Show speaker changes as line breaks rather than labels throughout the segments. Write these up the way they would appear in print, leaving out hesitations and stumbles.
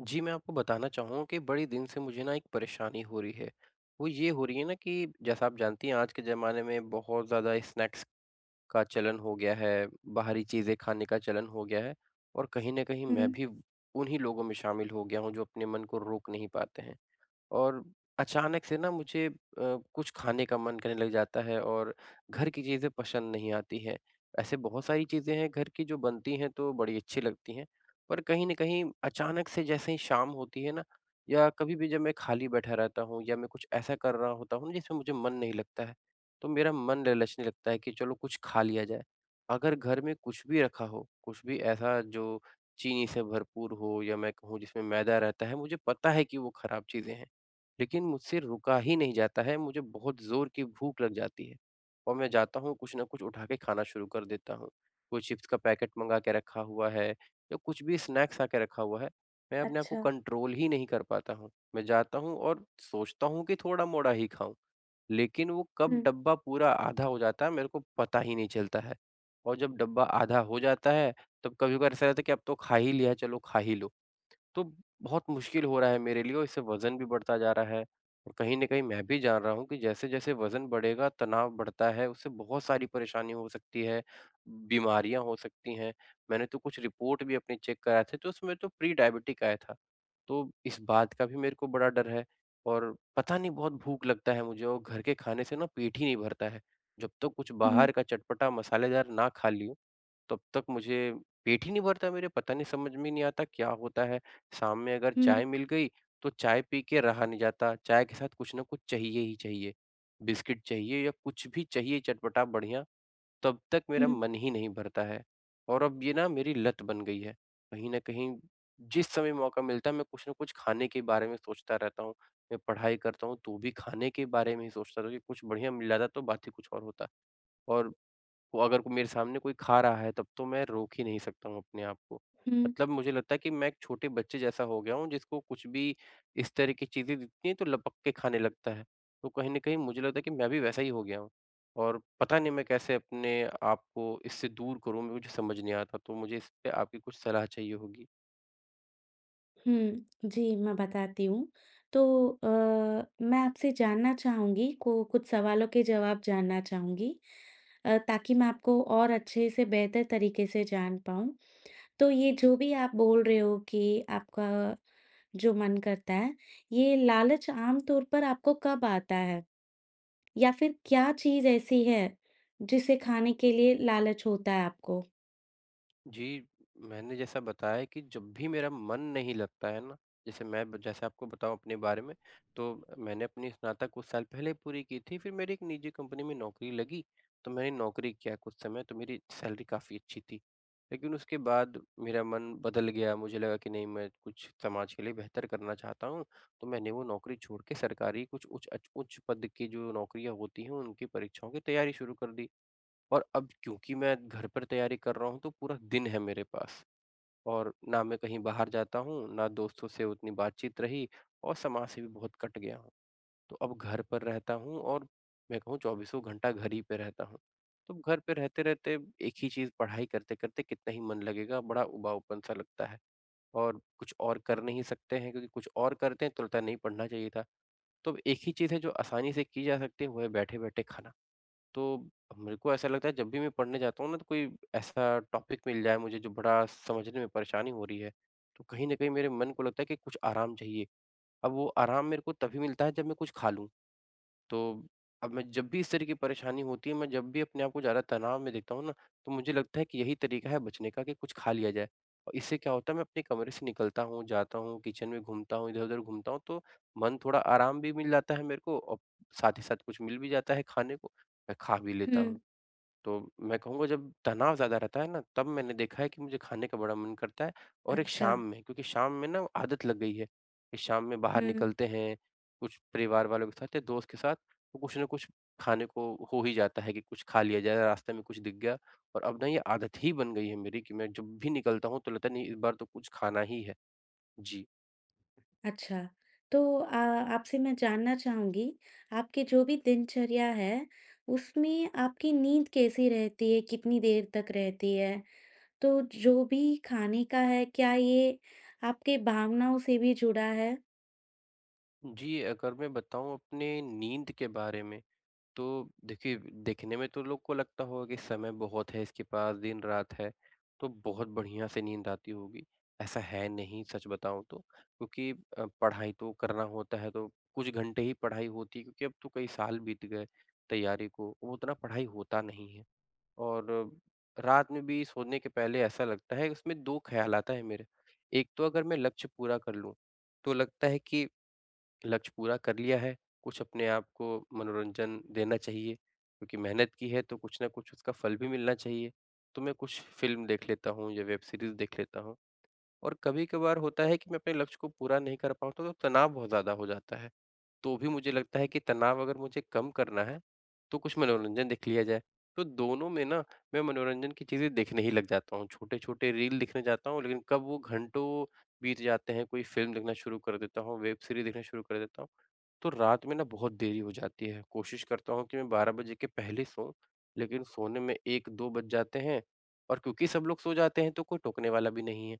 जी, मैं आपको बताना चाहूँगा कि बड़े दिन से मुझे ना एक परेशानी हो रही है। वो ये हो रही है ना कि जैसा आप जानती हैं आज के ज़माने में बहुत ज़्यादा स्नैक्स का चलन हो गया है, बाहरी चीज़ें खाने का चलन हो गया है और कहीं न कहीं
हुँ।
मैं भी उन्हीं लोगों में शामिल हो गया हूँ जो अपने मन को रोक नहीं पाते हैं। और अचानक से ना मुझे कुछ खाने का मन करने लग जाता है और घर की चीज़ें पसंद नहीं आती हैं। ऐसे बहुत सारी चीज़ें हैं घर की जो बनती हैं तो बड़ी अच्छी लगती हैं। पर कहीं न कहीं अचानक से जैसे ही शाम होती है ना या कभी भी जब मैं खाली बैठा रहता हूँ या मैं कुछ ऐसा कर रहा होता हूँ जिसमें मुझे मन नहीं लगता है, तो मेरा मन ललचने लगता है कि चलो कुछ खा लिया जाए। अगर घर में कुछ भी रखा हो, कुछ भी ऐसा जो चीनी से भरपूर हो या मैं कहूँ जिसमें मैदा रहता है, मुझे पता है कि वो खराब चीज़ें हैं। लेकिन मुझसे रुका ही नहीं जाता है, मुझे बहुत ज़ोर की भूख लग जाती है और मैं जाता हूँ, कुछ न कुछ उठा के खाना शुरू कर देता हूँ। कोई चिप्स का पैकेट मँगा के रखा हुआ है या कुछ भी स्नैक्स ला के रखा हुआ है। मैं अपने आप को
अच्छा।
कंट्रोल ही नहीं कर पाता हूँ। मैं जाता हूँ और सोचता हूँ कि थोड़ा-मोड़ा ही खाऊँ, लेकिन वो कब
हुँ,
डब्बा पूरा आधा हो जाता है, मेरे को पता ही नहीं चलता है और जब डब्बा आधा हो जाता है, तब कभी-कभार ऐसा रहता है कि अब तो खा ही लिया है, चलो खा ही लो। तो बहुत मुश्किल हो रहा है मेरे लिए और इससे वज़न भी बढ़ता जा रहा है और कहीं न कहीं मैं भी जान रहा हूँ कि जैसे-जैसे वज़न बढ़ेगा, तनाव बढ़ता है, उससे बहुत सारी परेशानी हो सकती है, बीमारियाँ हो सकती हैं। मैंने तो कुछ रिपोर्ट भी अपनी चेक कराए थे, तो उसमें तो प्री डायबिटिक आया था। तो इस बात का भी मेरे को बड़ा डर है और पता नहीं बहुत भूख लगता है मुझे और घर के खाने से ना पेट ही नहीं भरता है। जब तक कुछ
हुँ,
बाहर का चटपटा मसालेदार ना खा लियो तब तक मुझे पेट ही नहीं भरता मेरे, पता नहीं समझ में नहीं आता क्या होता है? शाम में अगर
हुँ,
चाय मिल गई, तो चाय पी के रहा नहीं जाता, चाय के साथ कुछ ना कुछ चाहिए ही चाहिए। बिस्किट चाहिए या कुछ भी चाहिए चटपटा बढ़िया, तब तक मेरा
हुँ,
मन ही नहीं भरता है। और अब ये ना मेरी लत बन गई है। कहीं न कहीं जिस समय मौका मिलता है मैं कुछ न कुछ खाने के बारे में सोचता रहता हूँ। मैं पढ़ाई करता हूँ तो भी खाने के बारे में ही सोचता रहता हूँ कि कुछ बढ़िया मिल जाता तो बात ही कुछ और होता। और वो अगर को- मेरे सामने कोई खा रहा है तब तो मैं रोक ही नहीं सकता हूँ अपने आप को।
हुँ,
मतलब मुझे लगता है कि मैं एक छोटे बच्चे जैसा हो गया हूँ जिसको कुछ भी इस तरह की चीज़ें दिखती हैं तो लपक के खाने लगता है। तो कहीं न कहीं मुझे लगता है कि मैं भी वैसा ही हो गया हूँ और पता नहीं मैं कैसे अपने आप को इससे दूर करूँ मुझे समझ नहीं आता। तो मुझे इस पे आपकी कुछ सलाह चाहिए होगी।
हुँ। जी, मैं बताती हूँ। तो अ, मैं आपसे जानना चाहूँगी को कुछ सवालों के जवाब जानना चाहूँगी ताकि मैं आपको और अच्छे से बेहतर तरीके से जान पाऊँ। तो ये जो भी आप बोल रहे हो कि आपका जो मन करता है, ये लालच आम तौर पर आपको कब आता है? या फिर क्या चीज़ ऐसी है जिसे खाने के लिए लालच होता है आपको?
जी, मैंने जैसा बताया कि जब भी मेरा मन नहीं लगता है ना, जैसे मैं ब जैसे आपको बताऊँ अपने बारे में, तो मैंने अपनी स्नातक कुछ साल पहले पूरी की थी, फिर मेरी एक निजी कंपनी में नौकरी लगी, तो मैंने नौकरी किया कुछ समय, तो मेरी सैलरी काफ़ी अच्छी थी। लेकिन उसके बाद मेरा मन बदल गया, मुझे लगा कि नहीं मैं कुछ समाज के लिए बेहतर करना चाहता हूँ, तो मैंने वो नौकरी छोड़ के सरकारी कुछ उच्च पद की जो नौकरियाँ होती हैं, उनकी परीक्षाओं की तैयारी शुरू कर दी। और अब क्योंकि मैं घर पर तैयारी कर रहा हूँ तो पूरा दिन है मेरे पास और ना मैं कहीं बाहर जाता हूँ, ना दोस्तों से उतनी बातचीत रही और समाज से भी बहुत कट गया हूँ। तो अब घर पर रहता हूँ और मैं कहूँ चौबीसों घंटा घर ही पे रहता हूँ। तो घर पे रहते-रहते एक ही चीज़ पढ़ाई करते-करते कितना ही मन लगेगा, बड़ा उबाऊपन-सा लगता है और कुछ और कर नहीं सकते हैं क्योंकि कुछ और करते हैं तो लगता है नहीं पढ़ना चाहिए था। तो अब एक ही चीज़ है जो आसानी से की जा सकती है वो है बैठे-बैठे खाना। तो मेरे को ऐसा लगता है जब भी मैं पढ़ने जाता हूँ ना तो कोई ऐसा टॉपिक मिल जाए मुझे जो बड़ा समझने में परेशानी हो रही है, तो कहीं न कहीं मेरे मन को लगता है कि कुछ आराम चाहिए। अब वो आराम मेरे को तभी मिलता है जब मैं कुछ खा लूँ। तो अब मैं जब भी इस तरह की परेशानी होती है, मैं जब भी अपने आप को ज़्यादा तनाव में देखता हूँ ना, तो मुझे लगता है कि यही तरीका है बचने का कि कुछ खा लिया जाए। और इससे क्या होता है मैं अपने कमरे से निकलता हूँ, जाता हूँ, किचन में घूमता हूँ, इधर-उधर घूमता हूँ तो मन थोड़ा आराम भी मिल जाता है मेरे को और साथ ही साथ कुछ मिल भी जाता है खाने को, मैं खा भी लेता
हुँ,
हूँ। तो मैं कहूँगा जब तनाव ज़्यादा रहता है ना, तब मैंने देखा है कि मुझे खाने का बड़ा मन करता है और एक
अच्छा।
शाम में क्योंकि शाम में ना आदत लग गई है, कि शाम में बाहर
हुँ,
निकलते हैं, कुछ परिवार वालों के साथ या दोस्त के साथ, तो कुछ न कुछ खाने को हो ही जाता है कि कुछ खा लिया जाए, रास्ते में कुछ दिख गया और अब ना ये आदत ही बन गई है मेरी कि मैं जब भी निकलता हूँ तो लगता है नहीं इस बार तो कुछ खाना ही है। जी।
अच्छा। तो आपसे मैं जानना चाहूँगी, आपकी जो भी दिनचर्या है, उसमें आपकी नींद कैसी रहती है? कितनी देर तक रहती है? तो जो भी खाने का है, क्या ये आपके भावनाओं से भी जुड़ा है?
जी, अगर मैं बताऊँ अपने नींद के बारे में तो देखिए, देखने में तो लोग को लगता होगा कि समय बहुत है इसके पास, दिन-रात है, तो बहुत बढ़िया से नींद आती होगी। ऐसा है नहीं सच बताऊँ तो क्योंकि पढ़ाई तो करना होता है तो कुछ घंटे ही पढ़ाई होती है क्योंकि अब तो कई साल बीत गए तैयारी को, वो उतना पढ़ाई होता नहीं है। और रात में भी सोने के पहले ऐसा लगता है उसमें 2 ख़्याल आता है मेरे। एक तो अगर मैं लक्ष्य पूरा कर लूँ, तो लगता है कि लक्ष्य पूरा कर लिया है, कुछ अपने आप को मनोरंजन देना चाहिए, क्योंकि मेहनत की है तो कुछ न कुछ उसका फल भी मिलना चाहिए। तो मैं कुछ फ़िल्म देख लेता हूँ या वेब सीरीज़ देख लेता हूँ और कभी-कभार होता है कि मैं अपने लक्ष्य को पूरा नहीं कर पाता हूँ, तो तनाव बहुत ज़्यादा हो जाता है। तो भी मुझे लगता है कि तनाव अगर मुझे कम करना है, तो कुछ मनोरंजन देख लिया जाए। तो दोनों में ना मैं मनोरंजन की चीज़ें देखने ही लग जाता हूँ, छोटे-छोटे रील देखने जाता हूँ लेकिन कब वो घंटों बीत जाते हैं, कोई फ़िल्म देखना शुरू कर देता हूँ, वेब सीरीज़ देखना शुरू कर देता हूँ। तो रात में ना बहुत देरी हो जाती है, कोशिश करता हूँ कि मैं 12 बजे के पहले सोऊँ, लेकिन सोने में 1-2 बज जाते हैं और क्योंकि सब लोग सो जाते हैं तो कोई टोकने वाला भी नहीं है।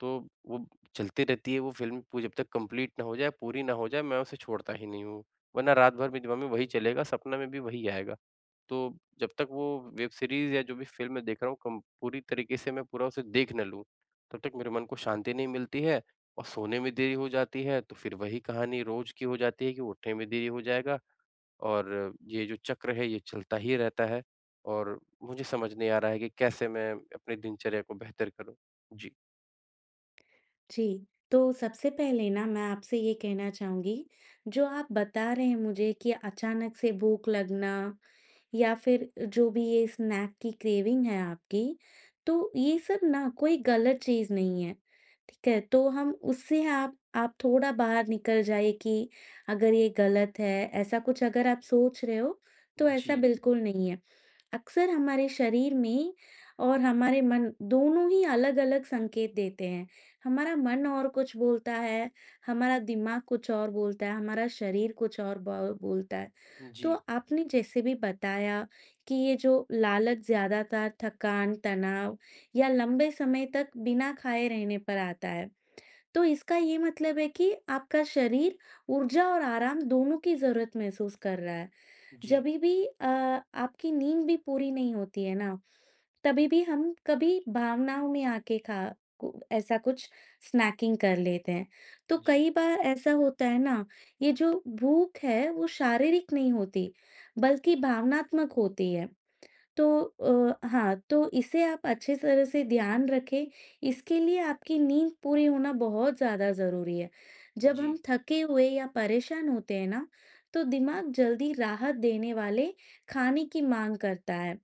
तो वो चलती रहती है वो फ़िल्म पू जब तक कंप्लीट ना हो जाए, पूरी ना हो जाए, मैं उसे छोड़ता ही नहीं हूँ। वरना रात भर मेरे दिमाग में वही चलेगा, सपना में भी वही आएगा। तो जब तक वो वेब सीरीज़ या जो भी फ़िल्म मैं देख रहा हूँ कम पूरी तरीके से मैं पूरा उसे देख ना लूँ, तब तक मेरे मन को शांति नहीं मिलती है और सोने में देरी हो जाती है, तो फिर वही कहानी रोज़ की हो जाती है कि उठने में देरी हो जाएगा और ये जो चक्र है, ये चलता ही रहता है और मुझे समझ नहीं आ रहा है कि कैसे मैं अपनी दिनचर्या को बेहतर करूँ? जी।
जी, तो सबसे पहले ना मैं आपसे ये कहना चाहूँगी, जो आप बता रहे हैं मुझे कि अचानक से भूख लगना या फिर जो भी ये स्नैक की क्रेविंग है आपकी, तो ये सब ना कोई गलत चीज़ नहीं है, ठीक है? तो हम उससे आप थोड़ा बाहर निकल जाइए कि अगर ये गलत है, ऐसा कुछ अगर आप सोच रहे हो, तो
जी।
ऐसा बिल्कुल नहीं है। अक्सर हमारे शरीर में और हमारे मन दोनों ही अलग-अलग संकेत देते हैं। हमारा मन और कुछ बोलता है, हमारा दिमाग कुछ और बोलता है, हमारा शरीर कुछ और बो बोलता है।
जी,
तो
जी,
आपने जैसे भी बताया कि ये जो लालच ज़्यादातर थकान, तनाव या लंबे समय तक बिना खाए रहने पर आता है। तो इसका ये मतलब है कि आपका शरीर ऊर्जा और आराम दोनों की ज़रूरत महसूस कर रहा है।
जी,
जभी भी आपकी नींद भी पूरी नहीं होती है ना, तभी भी हम कभी भावनाओं में आके खा कु ऐसा कुछ स्नैकिंग कर लेते हैं। तो
जी,
कई बार ऐसा होता है ना, ये जो भूख है वो शारीरिक नहीं होती, बल्कि भावनात्मक होती है। तो हाँ, तो इसे आप अच्छे तरह से ध्यान रखें, इसके लिए आपकी नींद पूरी होना बहुत ज़्यादा ज़रूरी है। जब हम
जी,
थके हुए या परेशान होते हैं ना, तो दिमाग जल्दी राहत देने वाले खाने की माँग करता है।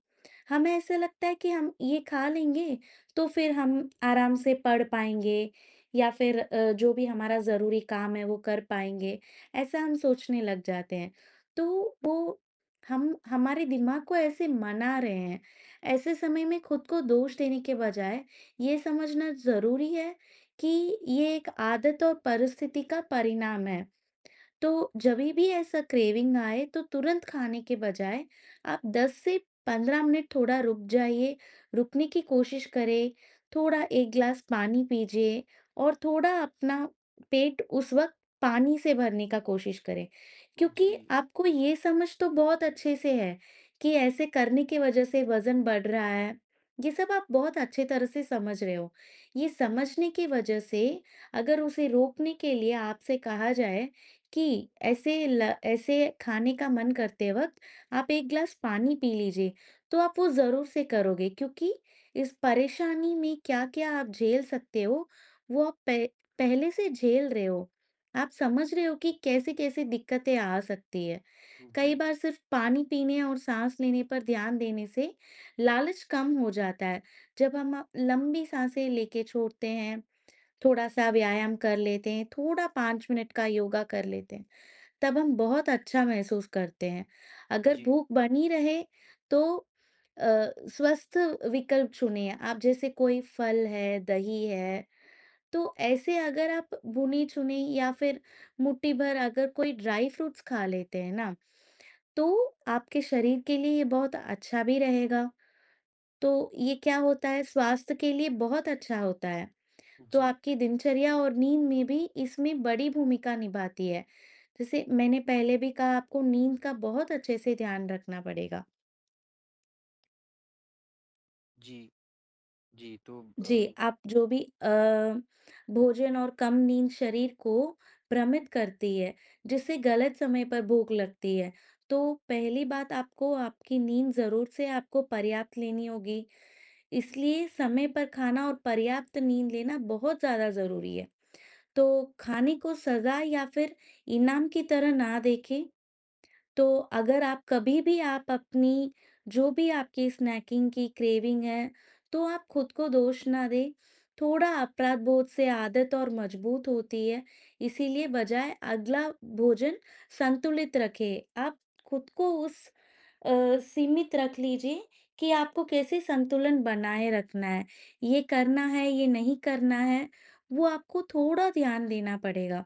हमें ऐसा लगता है कि हम ये खा लेंगे, तो फिर हम आराम से पढ़ पाएँगे या फिर जो भी हमारा ज़रूरी काम है, वो कर पाएँगे, ऐसा हम सोचने लग जाते हैं। तो वो हम हमारे दिमाग को ऐसे मना रहे हैं। ऐसे समय में खुद को दोष देने के बजाय ये समझना ज़रूरी है कि ये एक आदत और परिस्थिति का परिणाम है। तो जभी भी ऐसा क्रेविंग आए तो तुरंत खाने के बजाय आप 10 से 15 मिनट थोड़ा रुक जाइए, रुकने की कोशिश करें, थोड़ा 1 ग्लास पानी पीजिए और थोड़ा अपना पेट उस वक़्त पानी से भरने का कोशिश करें। क्योंकि
जी,
आपको ये समझ तो बहुत अच्छे से है कि ऐसे करने की वज़ह से वज़न बढ़ रहा है, ये सब आप बहुत अच्छे तरह से समझ रहे हो। ये समझने की वज़ह से अगर उसे रोकने के लिए आपसे कहा जाए कि ऐसे खाने का मन करते वक़्त आप 1 ग्लास पानी पी लीजिए, तो आप वो ज़रूर से करोगे क्योंकि इस परेशानी में क्या-क्या आप झेल सकते हो, वो आप पह पहले से झेल रहे हो। आप समझ रहे हो कि कैसे-कैसे दिक्कतें आ सकती है। कई बार सिर्फ़ पानी पीने और साँस लेने पर ध्यान देने से लालच कम हो जाता है। जब हम लंबी साँसें लेके छोड़ते हैं, थोड़ा-सा व्यायाम कर लेते हैं, थोड़ा 5 मिनट का योगा कर लेते हैं। तब हम बहुत अच्छा महसूस करते हैं। अगर
जी,
भूख बनी रहे तो अ, स्वस्थ विकल्प चुनिए। आप जैसे कोई फल है, दही है, तो ऐसे अगर आप भुनी-चुनी या फिर मुट्ठी भर अगर कोई ड्राई फ्रूट्स खा लेते हैं ना, तो आपके शरीर के लिए ये बहुत अच्छा भी रहेगा। तो ये क्या होता है स्वास्थ्य के लिए बहुत अच्छा होता है। तो
जी,
आपकी दिनचर्या और नींद में भी इसमें बड़ी भूमिका निभाती है। जैसे मैंने पहले भी कहा आपको नींद का बहुत अच्छे से ध्यान रखना पड़ेगा।
जी, जी,
जी, आप जो भी भोजन और कम नींद शरीर को भ्रमित करती है, जिससे गलत समय पर भूख लगती है। तो पहली बात आपको आपकी नींद ज़रूर से आपको पर्याप्त लेनी होगी, इसलिए समय पर खाना और पर्याप्त नींद लेना बहुत ज़्यादा ज़रूरी है। तो खाने को सजा या फिर इनाम की तरह ना देखें, तो अगर आप कभी भी आप अपनी जो भी आपकी स्नैकिंग की क्रेविंग है, तो आप खुद को दोष ना दें। थोड़ा अपराध बोध से आदत और मजबूत होती है, इसीलिए बजाय अगला भोजन संतुलित रखें। आप खुद को उस अ, सीमित रख लीजिए कि आपको कैसे संतुलन बनाए रखना है। ये करना है, ये नहीं करना है, वो आपको थोड़ा ध्यान देना पड़ेगा।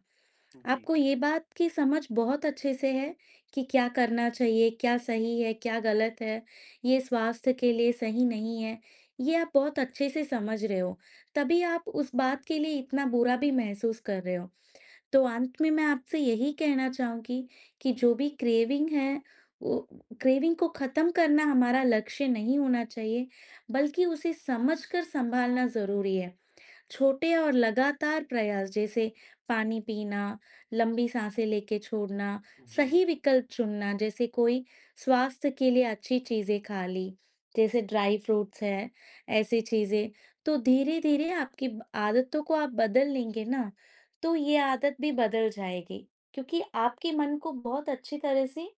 जी,
आपको ये बात की समझ बहुत अच्छे से है कि क्या करना चाहिए, क्या सही है, क्या गलत है, ये स्वास्थ्य के लिए सही नहीं है, ये आप बहुत अच्छे से समझ रहे हो, तभी आप उस बात के लिए इतना बुरा भी महसूस कर रहे हो। तो अंत में मैं आपसे यही कहना चाहूँगी कि जो भी क्रेविंग है, वो क्रेविंग को ख़त्म करना हमारा लक्ष्य नहीं होना चाहिए, बल्कि उसे समझकर सँभालना ज़रूरी है। छोटे और लगातार प्रयास जैसे पानी पीना, लंबी सांसें लेके छोड़ना,
जी,
सही विकल्प चुनना जैसे कोई स्वास्थ्य के लिए अच्छी चीजें खा ली, जैसे ड्राई फ्रूट्स है, ऐसी चीजें तो धीरे-धीरे आपकी आदतों को आप बदल लेंगे ना, तो ये आदत भी बदल जाएगी क्योंकि आपके मन को बहुत अच्छी तरह से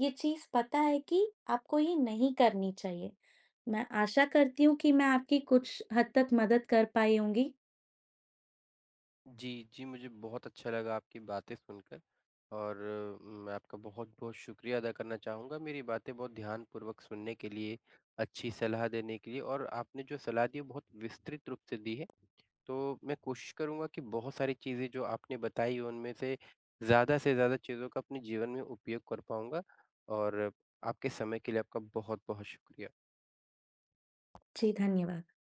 ये चीज पता है कि आपको ये नहीं करनी चाहिए। मैं आशा करती हूँ कि मैं आपकी कुछ हद तक मदद कर पाई होंगी।
जी, जी, मुझे बहुत अच्छा लगा आपकी बातें सुनकर और मैं आपका बहुत-बहुत शुक्रिया अदा करना चाहूँगा, मेरी बातें बहुत ध्यानपूर्वक सुनने के लिए, अच्छी सलाह देने के लिए और आपने जो सलाह दी, वो बहुत विस्तृत रूप से दी है। तो मैं कोशिश करूँगा कि बहुत सारी चीज़ें जो आपने बताई उनमें से ज़्यादा चीज़ों का अपने जीवन में उपयोग कर पाऊँगा और आपके समय के लिए आपका बहुत-बहुत शुक्रिया।
जी, धन्यवाद।